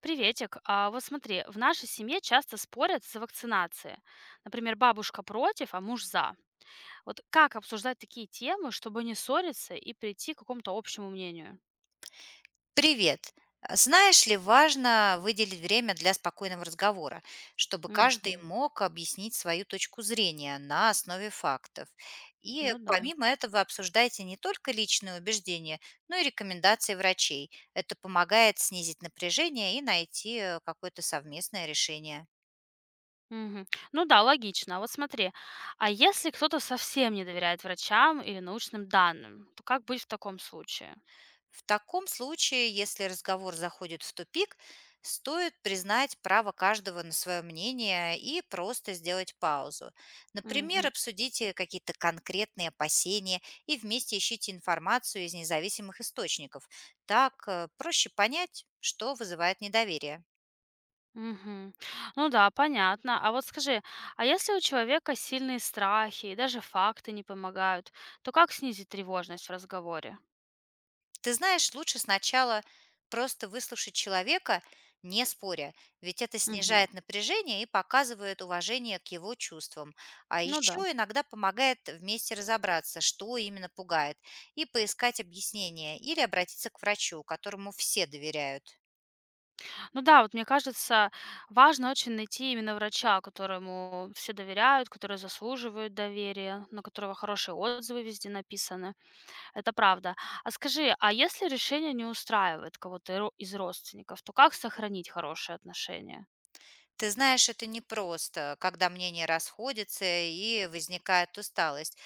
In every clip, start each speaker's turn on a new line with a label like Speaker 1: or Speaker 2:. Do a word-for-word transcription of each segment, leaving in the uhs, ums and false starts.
Speaker 1: Приветик. А вот смотри, в нашей семье часто спорят за вакцинации. Например, бабушка против, а муж за. Вот как обсуждать такие темы, чтобы не ссориться и прийти к какому-то общему мнению?
Speaker 2: Привет. А Знаешь ли, важно выделить время для спокойного разговора, чтобы каждый
Speaker 1: Мгм.
Speaker 2: мог объяснить свою точку зрения на основе фактов. И
Speaker 1: Ну да.
Speaker 2: помимо этого обсуждайте не только личные убеждения, но и рекомендации врачей. Это помогает снизить напряжение и найти э, какое-то совместное решение.
Speaker 1: Мгм. Ну да, логично. А вот смотри, а если кто-то совсем не доверяет врачам или научным данным, то как быть в таком случае?
Speaker 2: В таком случае, если разговор заходит в тупик, стоит признать право каждого на свое мнение и просто сделать паузу. Например, обсудите какие-то конкретные опасения и вместе ищите информацию из независимых источников. Так э, проще понять, что вызывает недоверие.
Speaker 1: Мгм. Ну да, понятно. А вот скажи, а если у человека сильные страхи и даже факты не помогают, то как снизить тревожность в разговоре?
Speaker 2: Ты знаешь, лучше сначала просто выслушать человека, не споря, ведь это
Speaker 1: Мгм.
Speaker 2: снижает напряжение и показывает уважение к его чувствам. А
Speaker 1: Ну да.
Speaker 2: еще иногда помогает вместе разобраться, что именно пугает, и поискать объяснение или обратиться к врачу, которому все доверяют.
Speaker 1: Ну да, вот мне кажется, важно очень найти именно врача, которому все доверяют, который заслуживает доверия, на которого хорошие отзывы везде написаны. Это правда. А скажи, а если решение не устраивает кого-то ро- из родственников, то как сохранить хорошие отношения?
Speaker 2: Ты знаешь, это непросто, когда мнения расходятся и возникает усталость.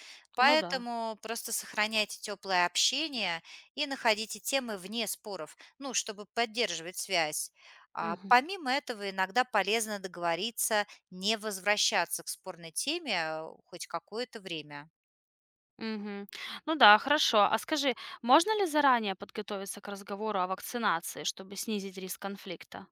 Speaker 1: Ну да.
Speaker 2: Поэтому просто сохраняйте теплое общение и находите темы вне споров, ну, чтобы поддерживать связь. А
Speaker 1: Мгм.
Speaker 2: помимо этого, иногда полезно договориться не возвращаться к спорной теме э, хоть какое-то время.
Speaker 1: Мгм. Ну да, хорошо. А скажи, можно ли заранее подготовиться к разговору о вакцинации, чтобы снизить риск конфликта?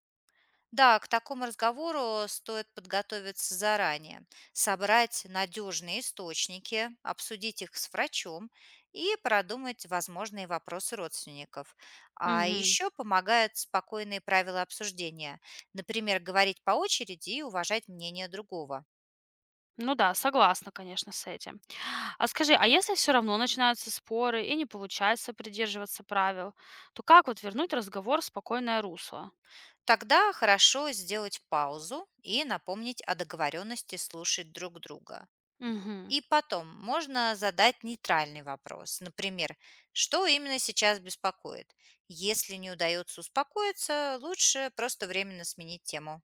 Speaker 2: Да, к такому разговору стоит подготовиться заранее, собрать надежные источники, обсудить их с врачом и продумать возможные вопросы родственников. А
Speaker 1: Мгм.
Speaker 2: еще помогают спокойные правила обсуждения, например, говорить по очереди и уважать мнение другого.
Speaker 1: Ну да, согласна, конечно, с этим. А скажи, а если все равно начинаются споры и не получается придерживаться правил, то как вот вернуть разговор в спокойное русло?
Speaker 2: Тогда хорошо сделать паузу и напомнить о договоренности слушать друг друга.
Speaker 1: Мгм.
Speaker 2: И потом можно задать нейтральный вопрос. Например, что именно сейчас беспокоит? Если не удается успокоиться, лучше просто временно сменить тему.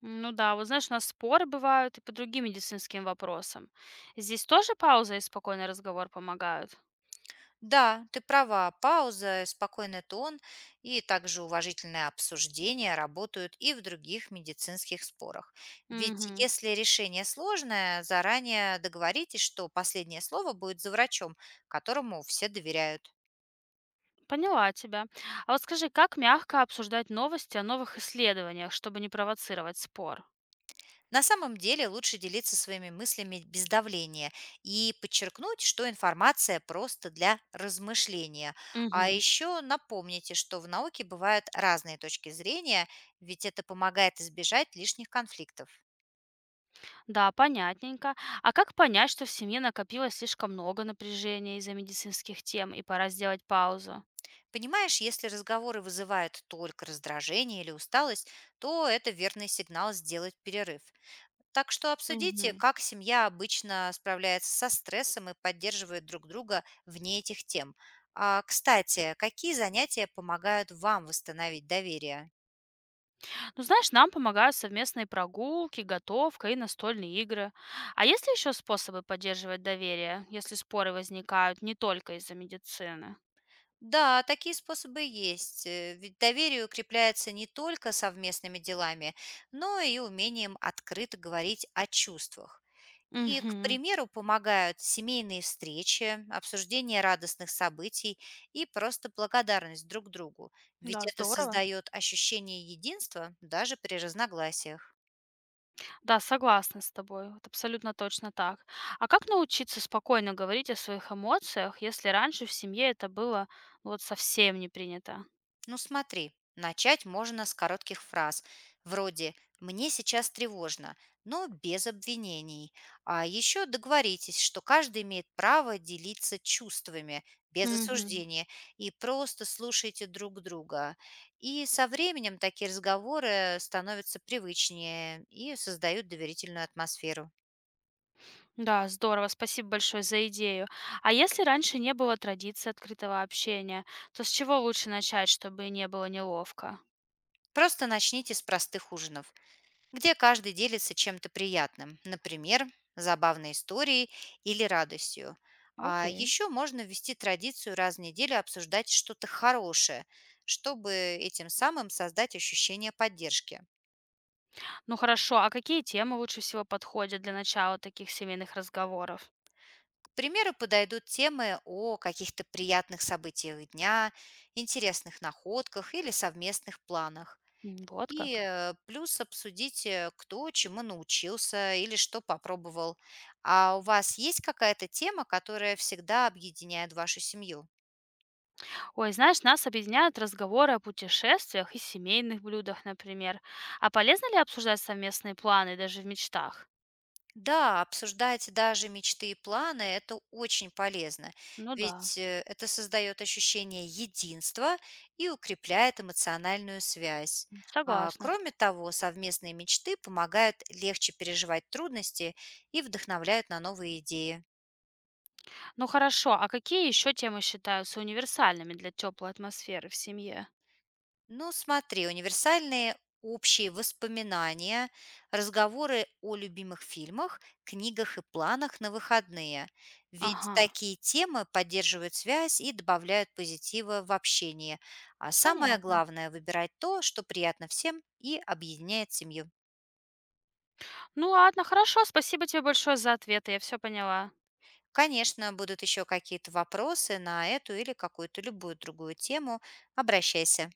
Speaker 1: Ну да, вот знаешь, у нас споры бывают и по другим медицинским вопросам. Здесь тоже пауза и спокойный разговор помогают.
Speaker 2: Да, ты права, пауза, спокойный тон и также уважительное обсуждение работают и в других медицинских спорах. Ведь
Speaker 1: Мгм.
Speaker 2: если решение сложное, заранее договоритесь, что последнее слово будет за врачом, которому все доверяют.
Speaker 1: Поняла тебя. А вот скажи, как мягко обсуждать новости о новых исследованиях, чтобы не провоцировать спор?
Speaker 2: На самом деле лучше делиться своими мыслями без давления и подчеркнуть, что информация просто для размышления. А
Speaker 1: Мгм.
Speaker 2: еще напомните, что в науке бывают разные точки зрения, ведь это помогает избежать лишних конфликтов.
Speaker 1: Да, понятненько. А как понять, что в семье накопилось слишком много напряжения из-за медицинских тем и пора сделать паузу?
Speaker 2: Понимаешь, если разговоры вызывают только раздражение или усталость, то это верный сигнал сделать перерыв. Так что обсудите,
Speaker 1: Мгм.
Speaker 2: как семья обычно справляется со стрессом и поддерживает друг друга вне этих тем. А, кстати, какие занятия помогают вам восстановить доверие?
Speaker 1: Ну, знаешь, нам помогают совместные прогулки, готовка и настольные игры. А есть ли еще способы поддерживать доверие, если споры возникают не только из-за медицины?
Speaker 2: Да, такие способы есть. э, Ведь доверие укрепляется не только совместными делами, но и умением открыто говорить о чувствах. И, к
Speaker 1: Мгм.
Speaker 2: примеру, помогают семейные встречи, обсуждение радостных событий и просто благодарность друг другу, ведь
Speaker 1: Да,
Speaker 2: это
Speaker 1: здорово.
Speaker 2: создает ощущение единства даже при разногласиях.
Speaker 1: Да, согласна с тобой. Вот абсолютно точно так. А как научиться спокойно говорить о своих эмоциях, если раньше в семье это было, ну, вот совсем не принято?
Speaker 2: Ну смотри, начать можно с коротких фраз, вроде «мне сейчас тревожно», но без обвинений. А еще договоритесь, что каждый имеет право делиться чувствами без
Speaker 1: Мгм.
Speaker 2: осуждения и просто слушайте друг друга. И со временем такие разговоры становятся привычнее и создают доверительную атмосферу.
Speaker 1: Да, здорово. Спасибо большое за идею. А если раньше не было традиции открытого общения, то с чего лучше начать, чтобы не было неловко?
Speaker 2: Просто начните с простых ужинов, где каждый делится чем-то приятным, например, забавной историей или радостью. А
Speaker 1: Окей.
Speaker 2: еще можно ввести традицию раз в неделю обсуждать что-то хорошее, чтобы этим самым создать ощущение поддержки.
Speaker 1: Ну хорошо, а какие темы лучше всего подходят для начала таких семейных разговоров?
Speaker 2: К примеру, подойдут темы о каких-то приятных событиях дня, интересных находках или совместных планах.
Speaker 1: М, вот
Speaker 2: И
Speaker 1: как.
Speaker 2: э, плюс обсудить, э, кто чему научился или что попробовал. А у вас есть какая-то тема, которая всегда объединяет вашу семью?
Speaker 1: Ой, знаешь, нас объединяют разговоры о путешествиях и семейных блюдах, например. А полезно ли обсуждать совместные планы даже в мечтах?
Speaker 2: Да, обсуждать даже мечты и планы — это очень полезно,
Speaker 1: Ну да,
Speaker 2: ведь э, это создает ощущение единства и укрепляет эмоциональную связь.
Speaker 1: м,
Speaker 2: А,
Speaker 1: согласна.
Speaker 2: кроме того, совместные мечты помогают легче переживать трудности и вдохновляют на новые идеи.
Speaker 1: Ну хорошо, а какие еще темы считаются универсальными для теплой атмосферы в семье?
Speaker 2: Ну, смотри, универсальные общие воспоминания, разговоры о любимых фильмах, книгах и планах на выходные. Ведь
Speaker 1: Ага,
Speaker 2: такие темы поддерживают связь и добавляют позитива в общении. А самое
Speaker 1: понятно.
Speaker 2: главное — выбирать то, что приятно всем и объединяет семью.
Speaker 1: Ну ладно, хорошо, спасибо тебе большое за ответы, я все поняла.
Speaker 2: Конечно, будут еще какие-то вопросы на эту или какую-то любую другую тему. Обращайся.